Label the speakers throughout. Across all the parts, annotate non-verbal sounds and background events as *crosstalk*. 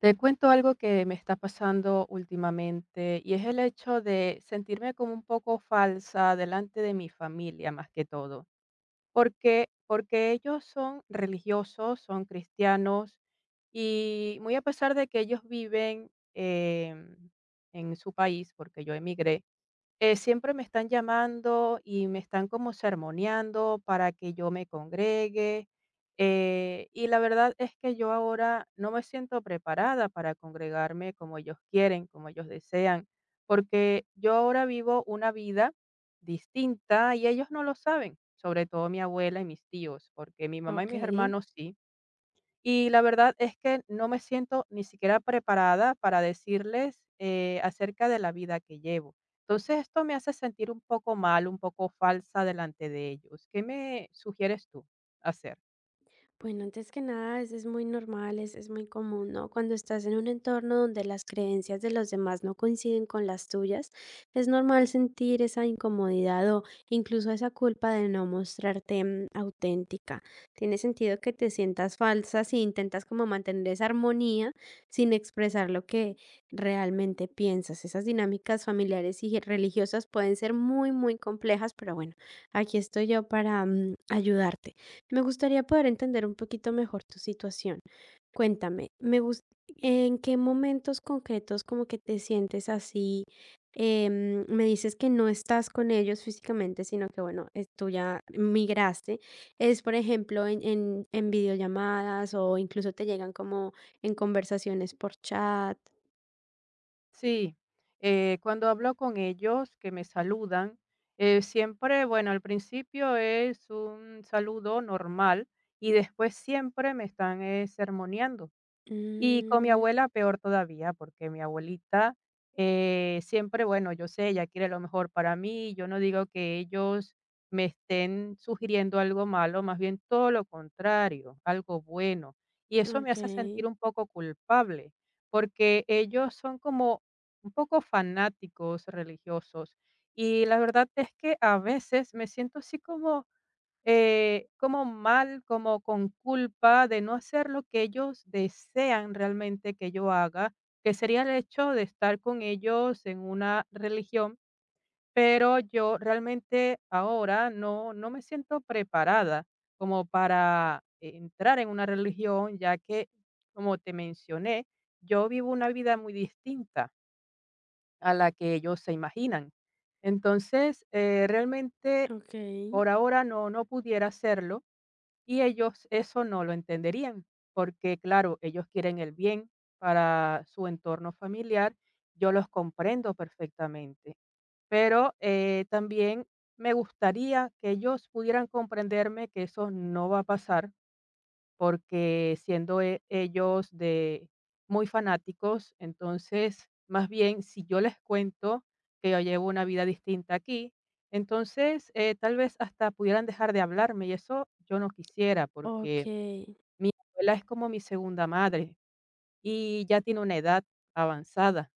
Speaker 1: Te cuento algo que me está pasando últimamente y es el hecho de sentirme como un poco falsa delante de mi familia más que todo, porque ellos son religiosos, son cristianos y muy a pesar de que ellos viven em, en su país, porque yo emigré. Siempre me están llamando y me están como sermoneando para que yo me congregue. Y la verdad es que yo ahora no me siento preparada para congregarme como ellos quieren, como ellos desean, porque yo ahora vivo una vida distinta y ellos no lo saben, sobre todo mi abuela y mis tíos, porque mi mamá y
Speaker 2: Ok,
Speaker 1: mis hermanos sí, y la verdad es que no me siento ni siquiera preparada para decirles, acerca de la vida que llevo. Entonces, esto me hace sentir un poco mal, un poco falsa delante de ellos. ¿Qué me sugieres tú hacer?
Speaker 2: bueno, antes que nada es muy normal, es muy común, ¿no? Cuando estás en un entorno donde las creencias de los demás no coinciden con las tuyas, es normal sentir esa incomodidad o incluso esa culpa de no mostrarte auténtica. Tiene sentido que te sientas falsa si intentas como mantener esa armonía sin expresar lo que realmente piensas. Esas dinámicas familiares y religiosas pueden ser muy, muy complejas, pero bueno, aquí estoy yo para ayudarte. Me gustaría poder entender un poquito mejor tu situación. Cuéntame, ¿en qué momentos concretos como que te sientes así? Me dices que no estás con ellos físicamente, sino que bueno, tú ya migraste. Es, por ejemplo, en videollamadas o incluso te llegan como en conversaciones por chat.
Speaker 1: Sí, cuando hablo con ellos, que me saludan, siempre, bueno, al principio es un saludo normal y después siempre me están, sermoneando. Y con mi
Speaker 2: Mm,
Speaker 1: abuela peor todavía, porque mi abuelita, siempre, bueno, yo sé, ella quiere lo mejor para mí, yo no digo que ellos me estén sugiriendo algo malo, más bien todo lo contrario, algo bueno. Y eso me
Speaker 2: ok,
Speaker 1: hace sentir un poco culpable, porque ellos son como un poco fanáticos religiosos. Y la verdad es que a veces me siento así como mal, como con culpa de no hacer lo que ellos desean realmente que yo haga, que sería el hecho de estar con ellos en una religión, pero yo realmente ahora no me siento preparada como para entrar en una religión, ya que, como te mencioné, yo vivo una vida muy distinta a la que ellos se imaginan. Entonces, realmente
Speaker 2: ok,
Speaker 1: por ahora no pudiera hacerlo y ellos eso no lo entenderían, porque claro, ellos quieren el bien para su entorno familiar, yo los comprendo perfectamente, pero también me gustaría que ellos pudieran comprenderme que eso no va a pasar porque siendo e ellos de muy fanáticos, entonces, más bien, si yo les cuento que yo llevo una vida distinta aquí, entonces, tal vez hasta pudieran dejar de hablarme, y eso yo no quisiera,
Speaker 2: ok.
Speaker 1: porque mi abuela es como mi segunda madre y ya tiene una edad avanzada.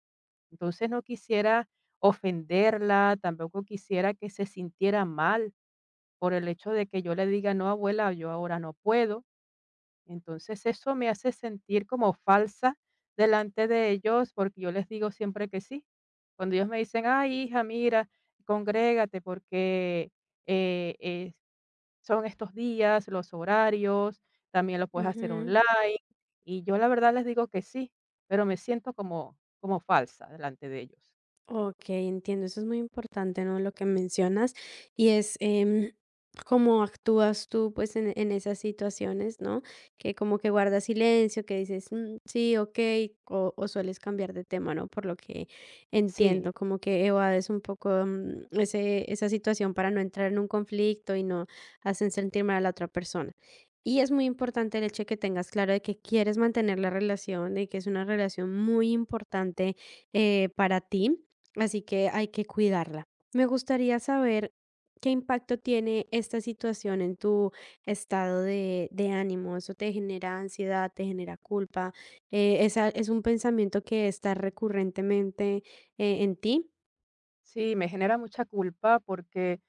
Speaker 1: Entonces, no quisiera ofenderla, tampoco quisiera que se sintiera mal por el hecho de que yo le diga: "No, abuela, yo ahora no puedo". Entonces, eso me hace sentir como falsa delante de ellos, porque yo les digo siempre que sí. Cuando ellos me dicen: "Ay, hija, mira, congrégate porque, es son estos días, los horarios, también lo puedes hacer
Speaker 2: Ujú.
Speaker 1: online", y yo la verdad les digo que sí, pero me siento como falsa delante de ellos.
Speaker 2: Ok, entiendo, eso es muy importante, ¿no? Lo que mencionas y es cómo actúas tú pues en esas situaciones, ¿no? Que como que guardas silencio, que dices, "Mm, sí, ok", o sueles cambiar de tema, ¿no? Por lo que
Speaker 1: Sí.
Speaker 2: entiendo, como que evades un poco esa situación para no entrar en un conflicto y no hacen sentir mal a la otra persona. Y es muy importante el hecho de que tengas claro de que quieres mantener la relación, de que es una relación muy importante para ti. Así que hay que cuidarla. Me gustaría saber qué impacto tiene esta situación en tu estado de ánimo. ¿Eso te genera ansiedad, te genera culpa? ¿Es un pensamiento que está recurrentemente en ti?
Speaker 1: Sí, me genera mucha culpa porque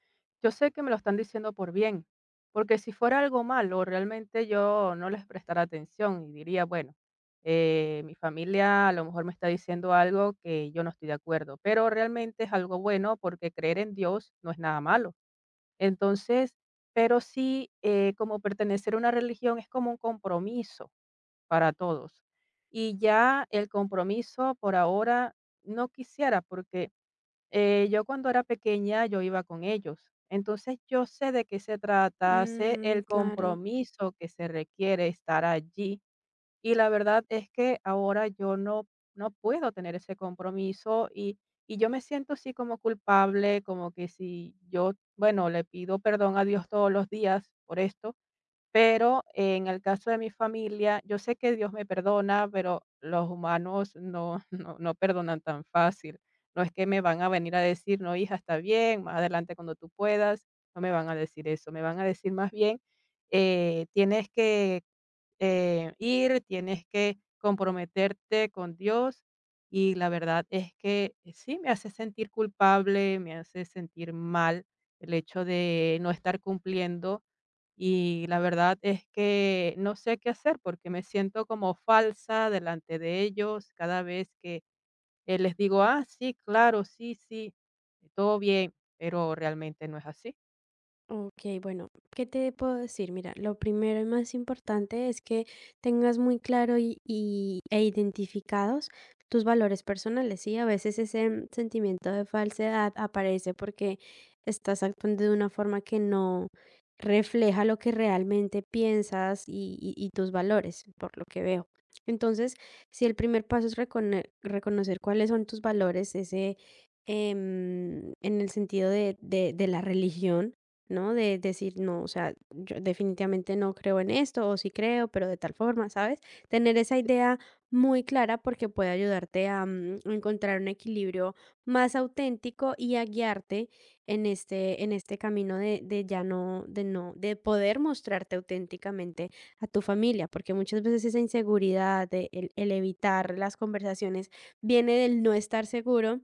Speaker 1: yo sé que me lo están diciendo por bien, porque si fuera algo malo, realmente yo no les prestara atención y diría, bueno, mi familia a lo mejor me está diciendo algo que yo no estoy de acuerdo, pero realmente es algo bueno porque creer en Dios no es nada malo. Entonces, pero sí, como pertenecer a una religión es como un compromiso para todos. Y ya el compromiso por ahora no quisiera porque yo cuando era pequeña, yo iba con ellos. Entonces, yo sé de qué se trata, sé
Speaker 2: Mm,
Speaker 1: el
Speaker 2: claro.
Speaker 1: compromiso que se requiere estar allí. Y la verdad es que ahora yo no puedo tener ese compromiso y yo me siento así como culpable, como que si yo, bueno, le pido perdón a Dios todos los días por esto, pero en el caso de mi familia, yo sé que Dios me perdona, pero los humanos no, *laughs* no perdonan tan fácil. No es que me van a venir a decir, no, hija, está bien, más adelante cuando tú puedas, no me van a decir eso, me van a decir más bien, tienes que ir, tienes que comprometerte con Dios. Y la verdad es que sí, me hace sentir culpable, me hace sentir mal el hecho de no estar cumpliendo. Y la verdad es que no sé qué hacer porque me siento como falsa delante de ellos cada vez que les digo, ah, sí, claro, sí, sí, todo bien, pero realmente no es así.
Speaker 2: Ok, bueno, ¿qué te puedo decir? Mira, lo primero y más importante es que tengas muy claro e identificados tus valores personales, ¿sí? A veces ese sentimiento de falsedad aparece porque estás actuando de una forma que no refleja lo que realmente piensas y tus valores, por lo que veo. Entonces, si el primer paso es reconocer cuáles son tus valores, ese en el sentido de, de la religión, ¿no? De decir, no, o sea, yo definitivamente no creo en esto, o sí creo, pero de tal forma, ¿sabes? Tener esa idea muy clara porque puede ayudarte a encontrar un equilibrio más auténtico y a guiarte en este camino de ya no, de no, de poder mostrarte auténticamente a tu familia, porque muchas veces esa inseguridad, de el evitar las conversaciones, viene del no estar seguro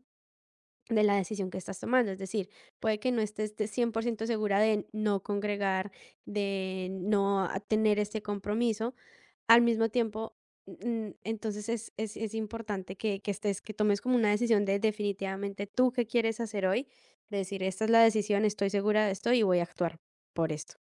Speaker 2: de la decisión que estás tomando. Es decir, puede que no estés de 100% segura de no congregar, de no a- tener este compromiso. Al mismo tiempo, entonces es importante que estés, que tomes como una decisión de definitivamente tú qué quieres hacer hoy. De Decir, esta es la decisión, estoy segura de esto y voy a actuar por esto.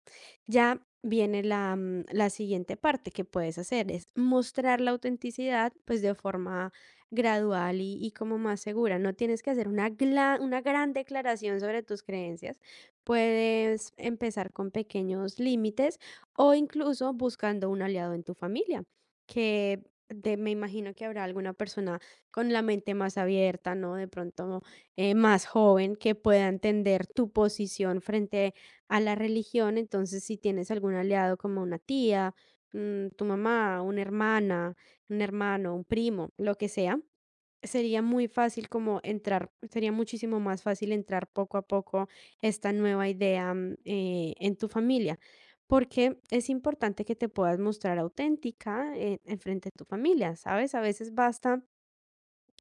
Speaker 2: Ya viene la, la siguiente parte que puedes hacer, es mostrar la autenticidad pues de forma gradual y como más segura. No tienes que hacer una, una gran declaración sobre tus creencias. Puedes empezar con pequeños límites o incluso buscando un aliado en tu familia, que me imagino que habrá alguna persona con la mente más abierta, ¿no? De pronto más joven que pueda entender tu posición frente a la religión. Entonces, si tienes algún aliado como una tía, tu mamá, una hermana, un hermano, un primo, lo que sea, sería muy fácil como entrar, sería muchísimo más fácil entrar poco a poco esta nueva idea en tu familia, porque es importante que te puedas mostrar auténtica en frente de tu familia, ¿sabes? A veces basta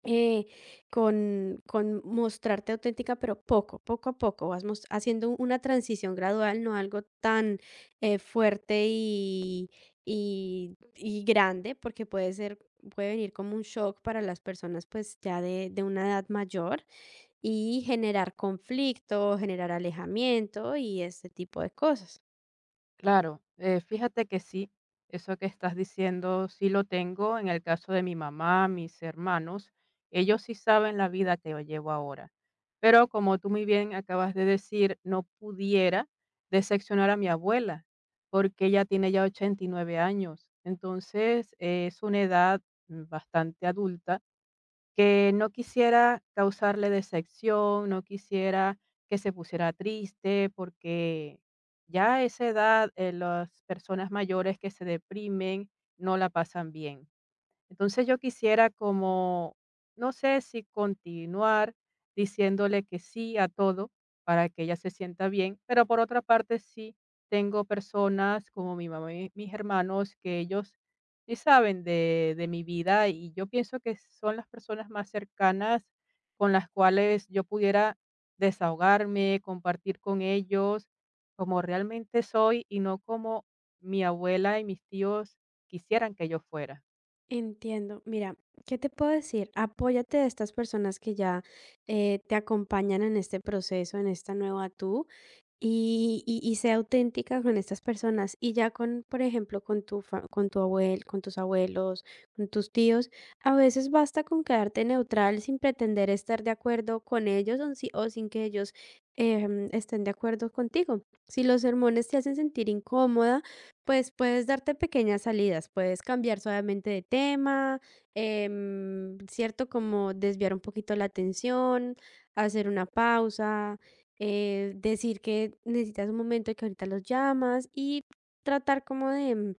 Speaker 2: eh, con mostrarte auténtica, pero poco, poco a poco, vas haciendo una transición gradual, no algo tan fuerte y grande, porque puede ser, puede venir como un shock para las personas pues ya de una edad mayor y generar conflicto, generar alejamiento y este tipo de cosas.
Speaker 1: Claro, fíjate que sí, eso que estás diciendo sí lo tengo en el caso de mi mamá, mis hermanos, ellos sí saben la vida que yo llevo ahora, pero como tú muy bien acabas de decir, no pudiera decepcionar a mi abuela, porque ella tiene ya 89 años, entonces es una edad bastante adulta que no quisiera causarle decepción, no quisiera que se pusiera triste, porque ya a esa edad, las personas mayores que se deprimen no la pasan bien. Entonces yo quisiera no sé si continuar diciéndole que sí a todo para que ella se sienta bien, pero por otra parte sí tengo personas como mi mamá y mis hermanos que ellos sí saben de mi vida y yo pienso que son las personas más cercanas con las cuales yo pudiera desahogarme, compartir con ellos como realmente soy y no como mi abuela y mis tíos quisieran que yo fuera.
Speaker 2: Entiendo. Mira, ¿qué te puedo decir? Apóyate de estas personas que ya te acompañan en este proceso, en esta nueva tú. Y sé auténtica con estas personas, y ya con, por ejemplo, con tu fa con tu abuel con tus abuelos, con tus tíos, a veces basta con quedarte neutral sin pretender estar de acuerdo con ellos, o sin que ellos, estén de acuerdo contigo. Si los sermones te hacen sentir incómoda, pues puedes darte pequeñas salidas, puedes cambiar suavemente de tema, ¿cierto? Como desviar un poquito la atención, hacer una pausa decir que necesitas un momento y que ahorita los llamas y tratar como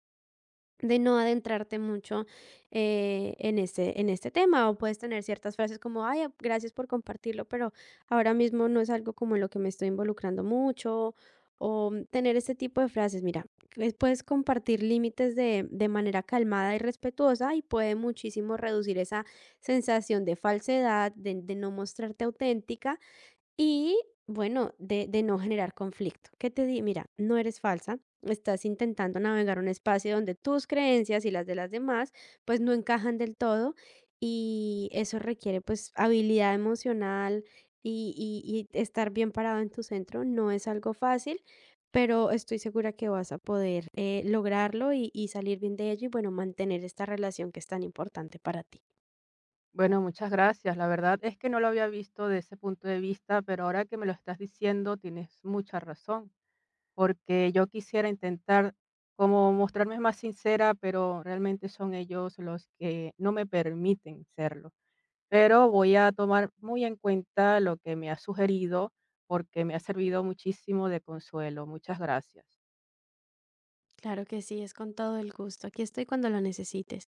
Speaker 2: de no adentrarte mucho en este tema. O puedes tener ciertas frases como, ay, gracias por compartirlo, pero ahora mismo no es algo como en lo que me estoy involucrando mucho. O tener este tipo de frases, mira, puedes compartir límites de manera calmada y respetuosa y puede muchísimo reducir esa sensación de falsedad, de no mostrarte auténtica y bueno, de no generar conflicto. ¿Qué te di? Mira, no eres falsa, estás intentando navegar un espacio donde tus creencias y las de las demás, pues no encajan del todo y eso requiere pues habilidad emocional y estar bien parado en tu centro. No es algo fácil, pero estoy segura que vas a poder, lograrlo y salir bien de ello y bueno, mantener esta relación que es tan importante para ti.
Speaker 1: Bueno, muchas gracias. La verdad es que no lo había visto de ese punto de vista, pero ahora que me lo estás diciendo, tienes mucha razón, porque yo quisiera intentar como mostrarme más sincera, pero realmente son ellos los que no me permiten serlo. Pero voy a tomar muy en cuenta lo que me has sugerido, porque me ha servido muchísimo de consuelo. Muchas gracias.
Speaker 2: Claro que sí, es con todo el gusto. Aquí estoy cuando lo necesites.